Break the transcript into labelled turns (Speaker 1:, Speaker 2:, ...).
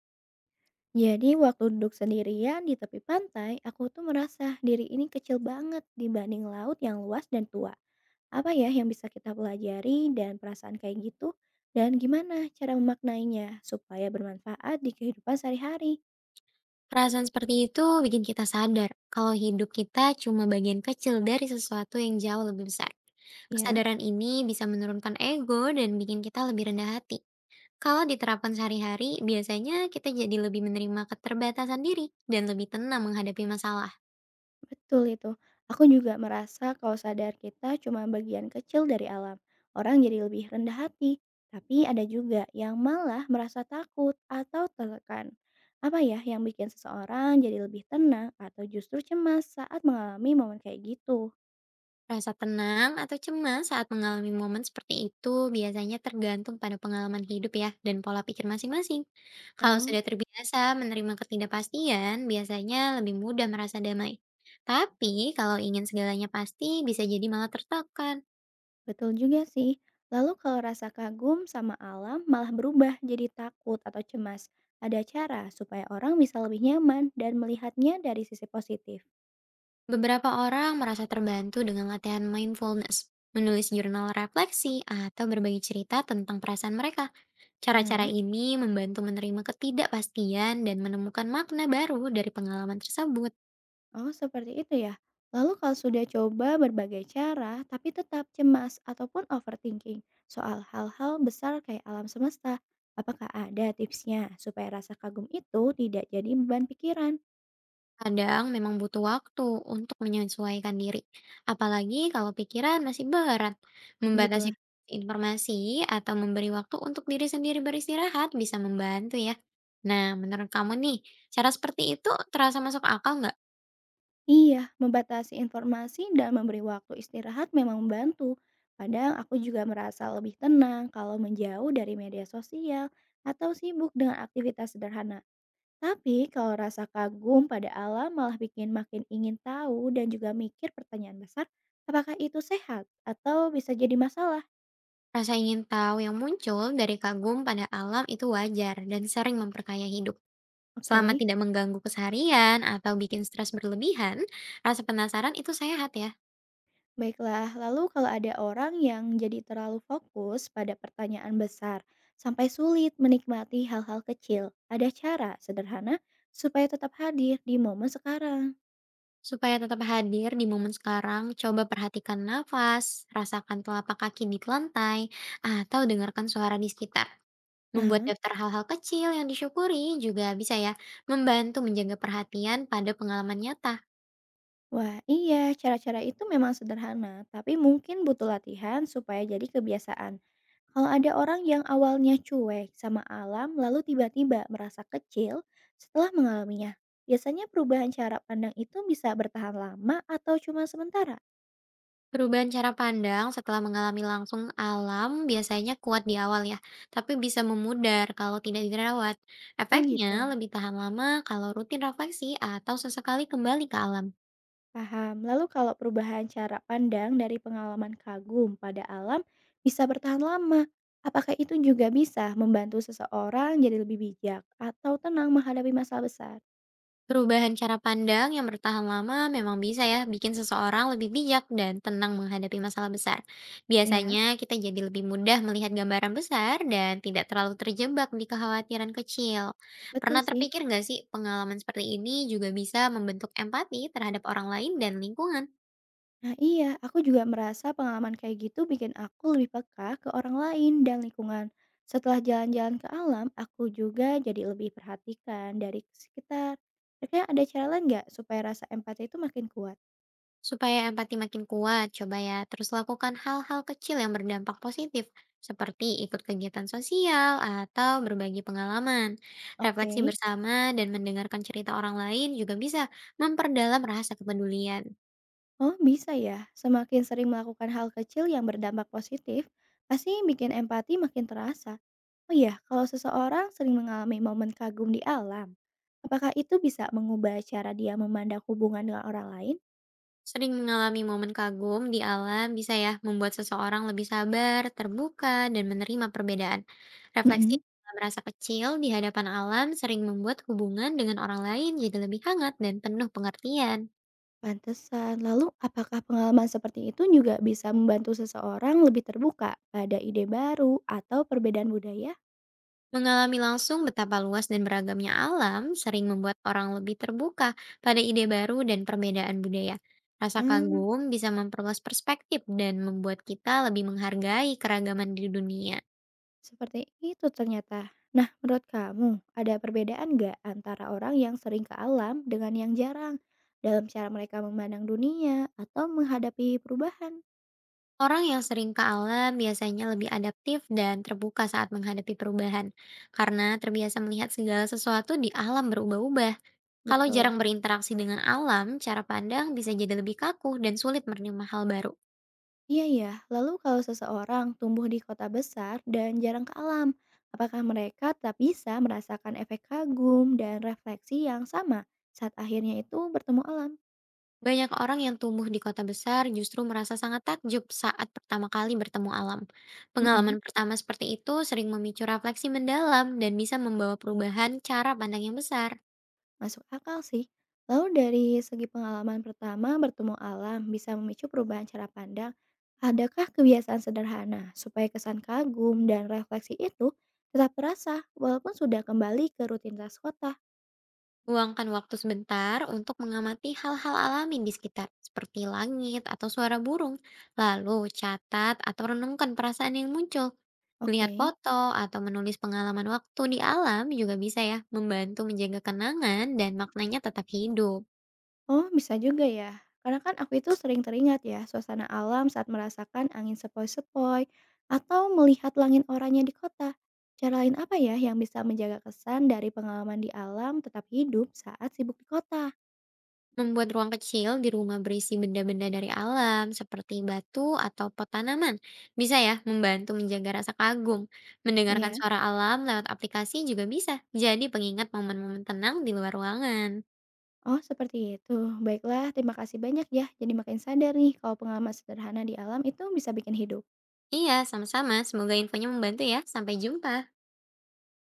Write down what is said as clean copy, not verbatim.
Speaker 1: Jadi waktu duduk sendirian di tepi pantai, aku tuh merasa diri ini kecil banget dibanding laut yang luas dan tua. Apa ya yang bisa kita pelajari dan perasaan kayak gitu? Dan gimana cara memaknainya supaya bermanfaat di kehidupan sehari-hari?
Speaker 2: Perasaan seperti itu bikin kita sadar kalau hidup kita cuma bagian kecil dari sesuatu yang jauh lebih besar.
Speaker 1: Ya.
Speaker 2: Kesadaran ini bisa menurunkan ego dan bikin kita lebih rendah hati. Kalau diterapkan sehari-hari, biasanya kita jadi lebih menerima keterbatasan diri dan lebih tenang menghadapi masalah.
Speaker 1: Betul itu. Aku juga merasa kalau sadar kita cuma bagian kecil dari alam. Orang jadi lebih rendah hati. Tapi ada juga yang malah merasa takut atau tertekan. Apa ya yang bikin seseorang jadi lebih tenang atau justru cemas saat mengalami momen kayak gitu?
Speaker 2: Rasa tenang atau cemas saat mengalami momen seperti itu biasanya tergantung pada pengalaman hidup ya, dan pola pikir masing-masing. Kalau
Speaker 1: Oh,
Speaker 2: sudah terbiasa menerima ketidakpastian, biasanya lebih mudah merasa damai. Tapi kalau ingin segalanya pasti, bisa jadi malah tertekan.
Speaker 1: betul juga sih. Lalu kalau rasa kagum sama alam malah berubah jadi takut atau cemas. Ada cara supaya orang bisa lebih nyaman dan melihatnya dari sisi positif.
Speaker 2: Beberapa orang merasa terbantu dengan latihan mindfulness, menulis jurnal refleksi, atau berbagi cerita tentang perasaan mereka. Cara-cara
Speaker 1: Ah.
Speaker 2: ini membantu menerima ketidakpastian dan menemukan makna baru dari pengalaman tersebut.
Speaker 1: Oh, seperti itu ya. Lalu kalau sudah coba berbagai cara, tapi tetap cemas ataupun overthinking soal hal-hal besar kayak alam semesta, apakah ada tipsnya supaya rasa kagum itu tidak jadi beban pikiran?
Speaker 2: Kadang memang butuh waktu untuk menyesuaikan diri, apalagi kalau pikiran masih berat. Membatasi
Speaker 1: Begitulah.
Speaker 2: informasi atau memberi waktu untuk diri sendiri beristirahat bisa membantu ya. Nah, menurut kamu nih, cara seperti itu terasa masuk akal nggak?
Speaker 1: Iya, membatasi informasi dan memberi waktu istirahat memang membantu. Kadang aku juga merasa lebih tenang kalau menjauh dari media sosial atau sibuk dengan aktivitas sederhana. Tapi kalau rasa kagum pada alam malah bikin makin ingin tahu dan juga mikir pertanyaan besar, apakah itu sehat atau bisa jadi masalah?
Speaker 2: Rasa ingin tahu yang muncul dari kagum pada alam itu wajar dan sering memperkaya hidup. Selama
Speaker 1: Oke,
Speaker 2: tidak mengganggu keseharian atau bikin stres berlebihan, rasa penasaran itu sehat ya.
Speaker 1: baiklah. Lalu kalau ada orang yang jadi terlalu fokus pada pertanyaan besar sampai sulit menikmati hal-hal kecil, ada cara sederhana supaya tetap hadir di momen sekarang.
Speaker 2: Supaya tetap hadir di momen sekarang, coba perhatikan nafas, rasakan telapak kaki di lantai, atau dengarkan suara di sekitar. Membuat
Speaker 1: Aha.
Speaker 2: daftar hal-hal kecil yang disyukuri juga bisa ya membantu menjaga perhatian pada pengalaman nyata.
Speaker 1: Wah, iya, cara-cara itu memang sederhana, tapi mungkin butuh latihan supaya jadi kebiasaan. Kalau ada orang yang awalnya cuek sama alam, lalu tiba-tiba merasa kecil setelah mengalaminya, biasanya perubahan cara pandang itu bisa bertahan lama atau cuma sementara.
Speaker 2: Perubahan cara pandang setelah mengalami langsung alam biasanya kuat di awal ya, tapi bisa memudar kalau tidak dirawat.
Speaker 1: Oh
Speaker 2: Efeknya
Speaker 1: gitu,
Speaker 2: lebih tahan lama kalau rutin refleksi atau sesekali kembali ke alam.
Speaker 1: paham. Lalu kalau perubahan cara pandang dari pengalaman kagum pada alam bisa bertahan lama, apakah itu juga bisa membantu seseorang jadi lebih bijak atau tenang menghadapi masalah besar?
Speaker 2: Perubahan cara pandang yang bertahan lama memang bisa ya bikin seseorang lebih bijak dan tenang menghadapi masalah besar.
Speaker 1: Ya,
Speaker 2: Biasanya kita jadi lebih mudah melihat gambaran besar dan tidak terlalu terjebak di kekhawatiran kecil.
Speaker 1: betul
Speaker 2: Pernah
Speaker 1: sih.
Speaker 2: terpikir nggak sih pengalaman seperti ini juga bisa membentuk empati terhadap orang lain dan lingkungan?
Speaker 1: Nah iya, aku juga merasa pengalaman kayak gitu bikin aku lebih peka ke orang lain dan lingkungan. Setelah jalan-jalan ke alam, aku juga jadi lebih perhatikan dari sekitar. Kira-kira ada cara lain nggak supaya rasa empati itu makin kuat?
Speaker 2: Supaya empati makin kuat, coba ya terus lakukan hal-hal kecil yang berdampak positif, seperti ikut kegiatan sosial atau berbagi pengalaman.
Speaker 1: Oke.
Speaker 2: Refleksi bersama dan mendengarkan cerita orang lain juga bisa memperdalam rasa kepedulian.
Speaker 1: Oh bisa ya, semakin sering melakukan hal kecil yang berdampak positif, pasti bikin empati makin terasa. Oh iya, kalau seseorang sering mengalami momen kagum di alam, apakah itu bisa mengubah cara dia memandang hubungan dengan orang lain?
Speaker 2: Sering mengalami momen kagum di alam bisa ya membuat seseorang lebih sabar, terbuka, dan menerima perbedaan. Refleksi
Speaker 1: Mm-mm.
Speaker 2: dalam rasa kecil di hadapan alam sering membuat hubungan dengan orang lain jadi lebih hangat dan penuh pengertian.
Speaker 1: Pantesan. Lalu apakah pengalaman seperti itu juga bisa membantu seseorang lebih terbuka pada ide baru atau perbedaan budaya?
Speaker 2: Mengalami langsung betapa luas dan beragamnya alam sering membuat orang lebih terbuka pada ide baru dan perbedaan budaya. Rasa
Speaker 1: Hmm,
Speaker 2: kagum bisa memperluas perspektif dan membuat kita lebih menghargai keragaman di dunia.
Speaker 1: seperti itu ternyata. Nah, menurut kamu ada perbedaan nggak antara orang yang sering ke alam dengan yang jarang dalam cara mereka memandang dunia atau menghadapi perubahan?
Speaker 2: Orang yang sering ke alam biasanya lebih adaptif dan terbuka saat menghadapi perubahan, karena terbiasa melihat segala sesuatu di alam berubah-ubah. Kalau
Speaker 1: Betul.
Speaker 2: jarang berinteraksi dengan alam, cara pandang bisa jadi lebih kaku dan sulit menerima hal baru.
Speaker 1: Iya ya, lalu kalau seseorang tumbuh di kota besar dan jarang ke alam, apakah mereka tetap bisa merasakan efek kagum dan refleksi yang sama saat akhirnya itu bertemu alam?
Speaker 2: Banyak orang yang tumbuh di kota besar justru merasa sangat takjub saat pertama kali bertemu alam.
Speaker 1: Mm-mm,
Speaker 2: Pengalaman pertama seperti itu sering memicu refleksi mendalam dan bisa membawa perubahan cara pandang yang besar.
Speaker 1: masuk akal sih. Lalu dari segi pengalaman pertama bertemu alam bisa memicu perubahan cara pandang, adakah kebiasaan sederhana supaya kesan kagum dan refleksi itu tetap terasa walaupun sudah kembali ke rutinitas kota?
Speaker 2: Luangkan waktu sebentar untuk mengamati hal-hal alami di sekitar, seperti langit atau suara burung. Lalu catat atau renungkan perasaan yang muncul. Melihat
Speaker 1: Oke.
Speaker 2: foto atau menulis pengalaman waktu di alam juga bisa ya membantu menjaga kenangan dan maknanya tetap hidup.
Speaker 1: Oh, bisa juga ya. Karena kan aku itu sering teringat ya suasana alam saat merasakan angin sepoi-sepoi atau melihat langit oranye di kota. Cara lain apa ya yang bisa menjaga kesan dari pengalaman di alam tetap hidup saat sibuk di kota?
Speaker 2: Membuat ruang kecil di rumah berisi benda-benda dari alam seperti batu atau pot tanaman bisa ya membantu menjaga rasa kagum. Mendengarkan
Speaker 1: Ya.
Speaker 2: suara alam lewat aplikasi juga bisa jadi pengingat momen-momen tenang di luar ruangan.
Speaker 1: Oh, seperti itu. Baiklah, terima kasih banyak ya. Jadi makin sadar nih kalau pengalaman sederhana di alam itu bisa bikin hidup.
Speaker 2: Iya, sama-sama. Semoga infonya membantu ya. Sampai jumpa.